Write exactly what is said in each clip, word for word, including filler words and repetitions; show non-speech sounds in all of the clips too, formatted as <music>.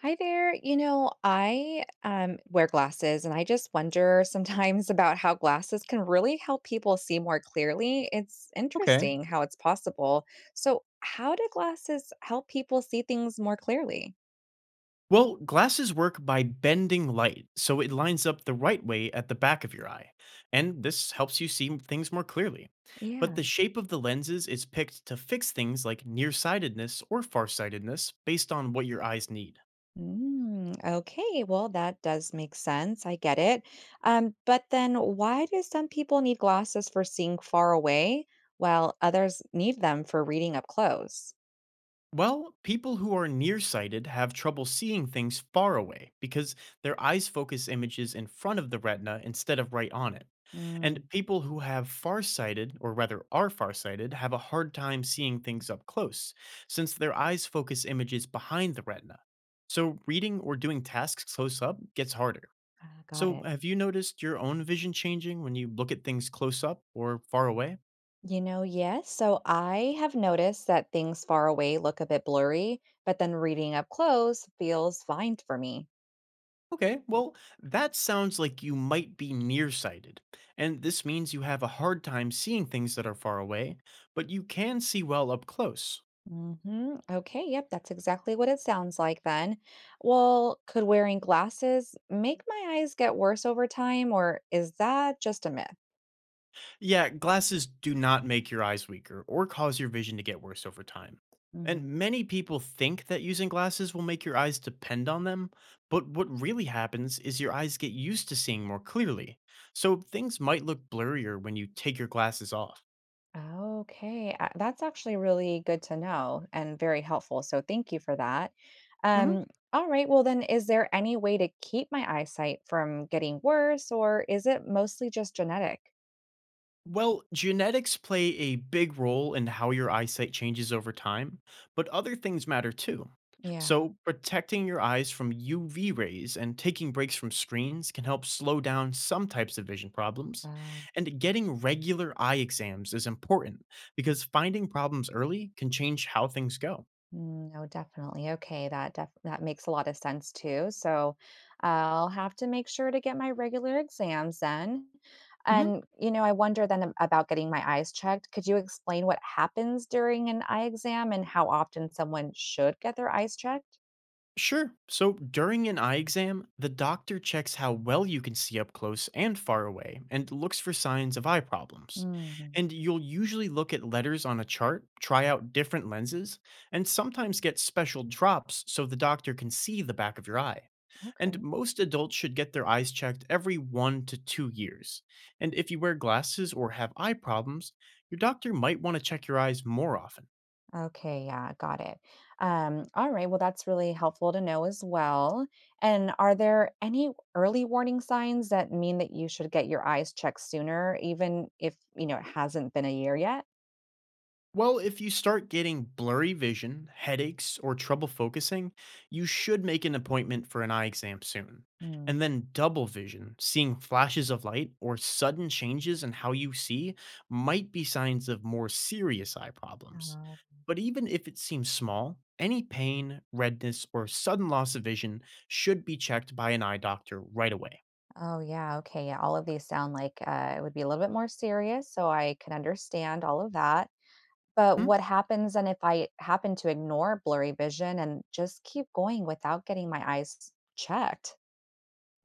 Hi there. You know, I um, wear glasses and I just wonder <laughs> sometimes about how glasses can really help people see more clearly. It's Okay. interesting how it's possible. So, how do glasses help people see things more clearly? Well, glasses work by bending light, so it lines up the right way at the back of your eye, and this helps you see things more clearly. But Yeah. the shape of the lenses is picked to fix things like nearsightedness or farsightedness based on what your eyes need. Mm, okay. Well, that does make sense. I get it. Um, but then why do some people need glasses for seeing far away while others need them for reading up close? Well, people who are nearsighted have trouble seeing things far away because their eyes focus images in front of the retina instead of right on it. Mm, And people who have farsighted, or rather are farsighted, have a hard time seeing things up close, since their eyes focus images behind the retina. So reading or doing tasks close up gets harder. ah, got So it. have you noticed your own vision changing when you look at things close up or far away? You know, yes. So I have noticed that things far away look a bit blurry, but then reading up close feels fine for me. Okay, well, that sounds like you might be nearsighted. And this means you have a hard time seeing things that are far away, but you can see well up close. Hmm. Okay, yep, that's exactly what it sounds like then. Well, could wearing glasses make my eyes get worse over time, or is that just a myth? Yeah, glasses do not make your eyes weaker or cause your vision to get worse over time. And many people think that using glasses will make your eyes depend on them, but what really happens is your eyes get used to seeing more clearly. So things might look blurrier when you take your glasses off. Okay, uh, that's actually really good to know and very helpful. So thank you for that. Mhm. Um, all right, well then, is there any way to keep my eyesight from getting worse, or is it mostly just genetic? Well, genetics play a big role in how your eyesight changes over time, but other things matter too. Yeah. So, protecting your eyes from U V rays and taking breaks from screens can help slow down some types of vision problems. Uh, And getting regular eye exams is important because finding problems early can change how things go. Mm, no, definitely. Okay, that def- that makes a lot of sense too. So, I'll have to make sure to get my regular exams then. Mhm. And you know, I wonder then ab- about getting my eyes checked. Could you explain what happens during an eye exam and how often someone should get their eyes checked? Sure. So during an eye exam, the doctor checks how well you can see up close and far away and looks for signs of eye problems. Mm, And you'll usually look at letters on a chart, try out different lenses, and sometimes get special drops so the doctor can see the back of your eye. And okay. most adults should get their eyes checked every one to two years. And if you wear glasses or have eye problems, your doctor might want to check your eyes more often. Okay, yeah, got it. Um, all right, well, that's really helpful to know as well. And are there any early warning signs that mean that you should get your eyes checked sooner, even if, you know, it hasn't been a year yet? Well, if you start getting blurry vision, headaches, or trouble focusing, you should make an appointment for an eye exam soon. Hmm. And then double vision, seeing flashes of light or sudden changes in how you see, might be signs of more serious eye problems. Uh, But even if it seems small, any pain, redness, or sudden loss of vision should be checked by an eye doctor right away. oh, yeah, okay. Yeah, all of these sound like uh, it would be a little bit more serious, so I can understand all of that. But Hmm? what happens and if I happen to ignore blurry vision and just keep going without getting my eyes checked?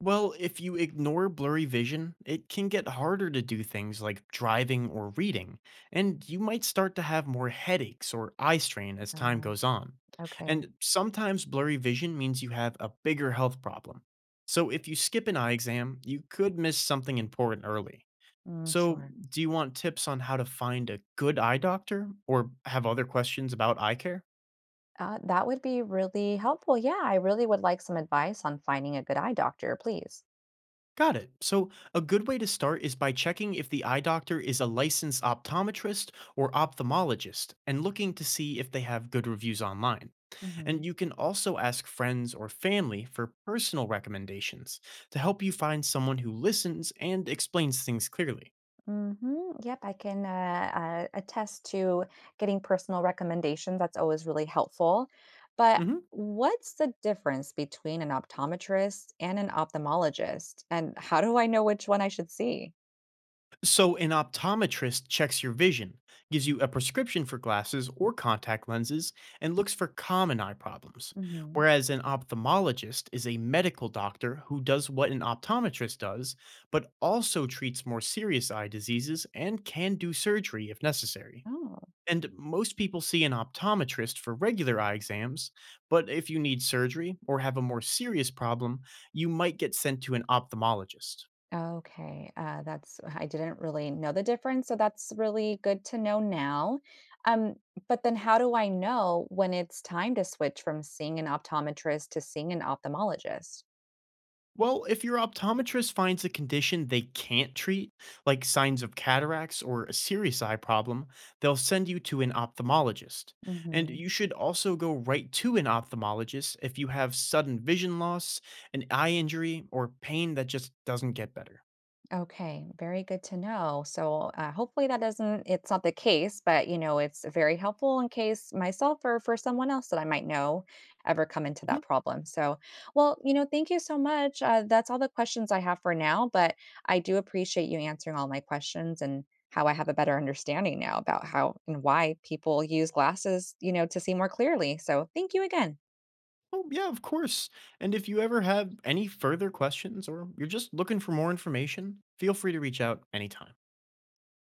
Well, if you ignore blurry vision, it can get harder to do things like driving or reading, and you might start to have more headaches or eye strain as time Um, goes on. okay, And sometimes blurry vision means you have a bigger health problem. So if you skip an eye exam, you could miss something important early. mm, So, sure. do you want tips on how to find a good eye doctor or have other questions about eye care? Uh, that would be really helpful. Yeah, I really would like some advice on finding a good eye doctor, please. Got it. So, a good way to start is by checking if the eye doctor is a licensed optometrist or ophthalmologist and looking to see if they have good reviews online. Hmm. And you can also ask friends or family for personal recommendations to help you find someone who listens and explains things clearly. Hmm. Yep, I can uh, uh, attest to getting personal recommendations. That's always really helpful. But Mhm. what's the difference between an optometrist and an ophthalmologist? And how do I know which one I should see? So, an optometrist checks your vision, gives you a prescription for glasses or contact lenses, and looks for common eye problems. Hmm. Whereas an ophthalmologist is a medical doctor who does what an optometrist does, but also treats more serious eye diseases and can do surgery if necessary. Oh. And most people see an optometrist for regular eye exams, but if you need surgery or have a more serious problem, you might get sent to an ophthalmologist. Okay, uh, that's I didn't really know the difference, so that's really good to know now. Um, but then how do I know when it's time to switch from seeing an optometrist to seeing an ophthalmologist? Well, if your optometrist finds a condition they can't treat, like signs of cataracts or a serious eye problem, they'll send you to an ophthalmologist. And Hmm. you should also go right to an ophthalmologist if you have sudden vision loss, an eye injury, or pain that just doesn't get better. Okay, very good to know. So uh, hopefully that doesn't, it's not the case, but you know, it's very helpful in case myself or for someone else that I might know ever come into that Mhm. problem. So, well, you know, thank you so much. Uh, that's all the questions I have for now, but I do appreciate you answering all my questions and how I have a better understanding now about how and why people use glasses, you know, to see more clearly. So thank you again. Oh, yeah, of course. And if you ever have any further questions or you're just looking for more information, feel free to reach out anytime.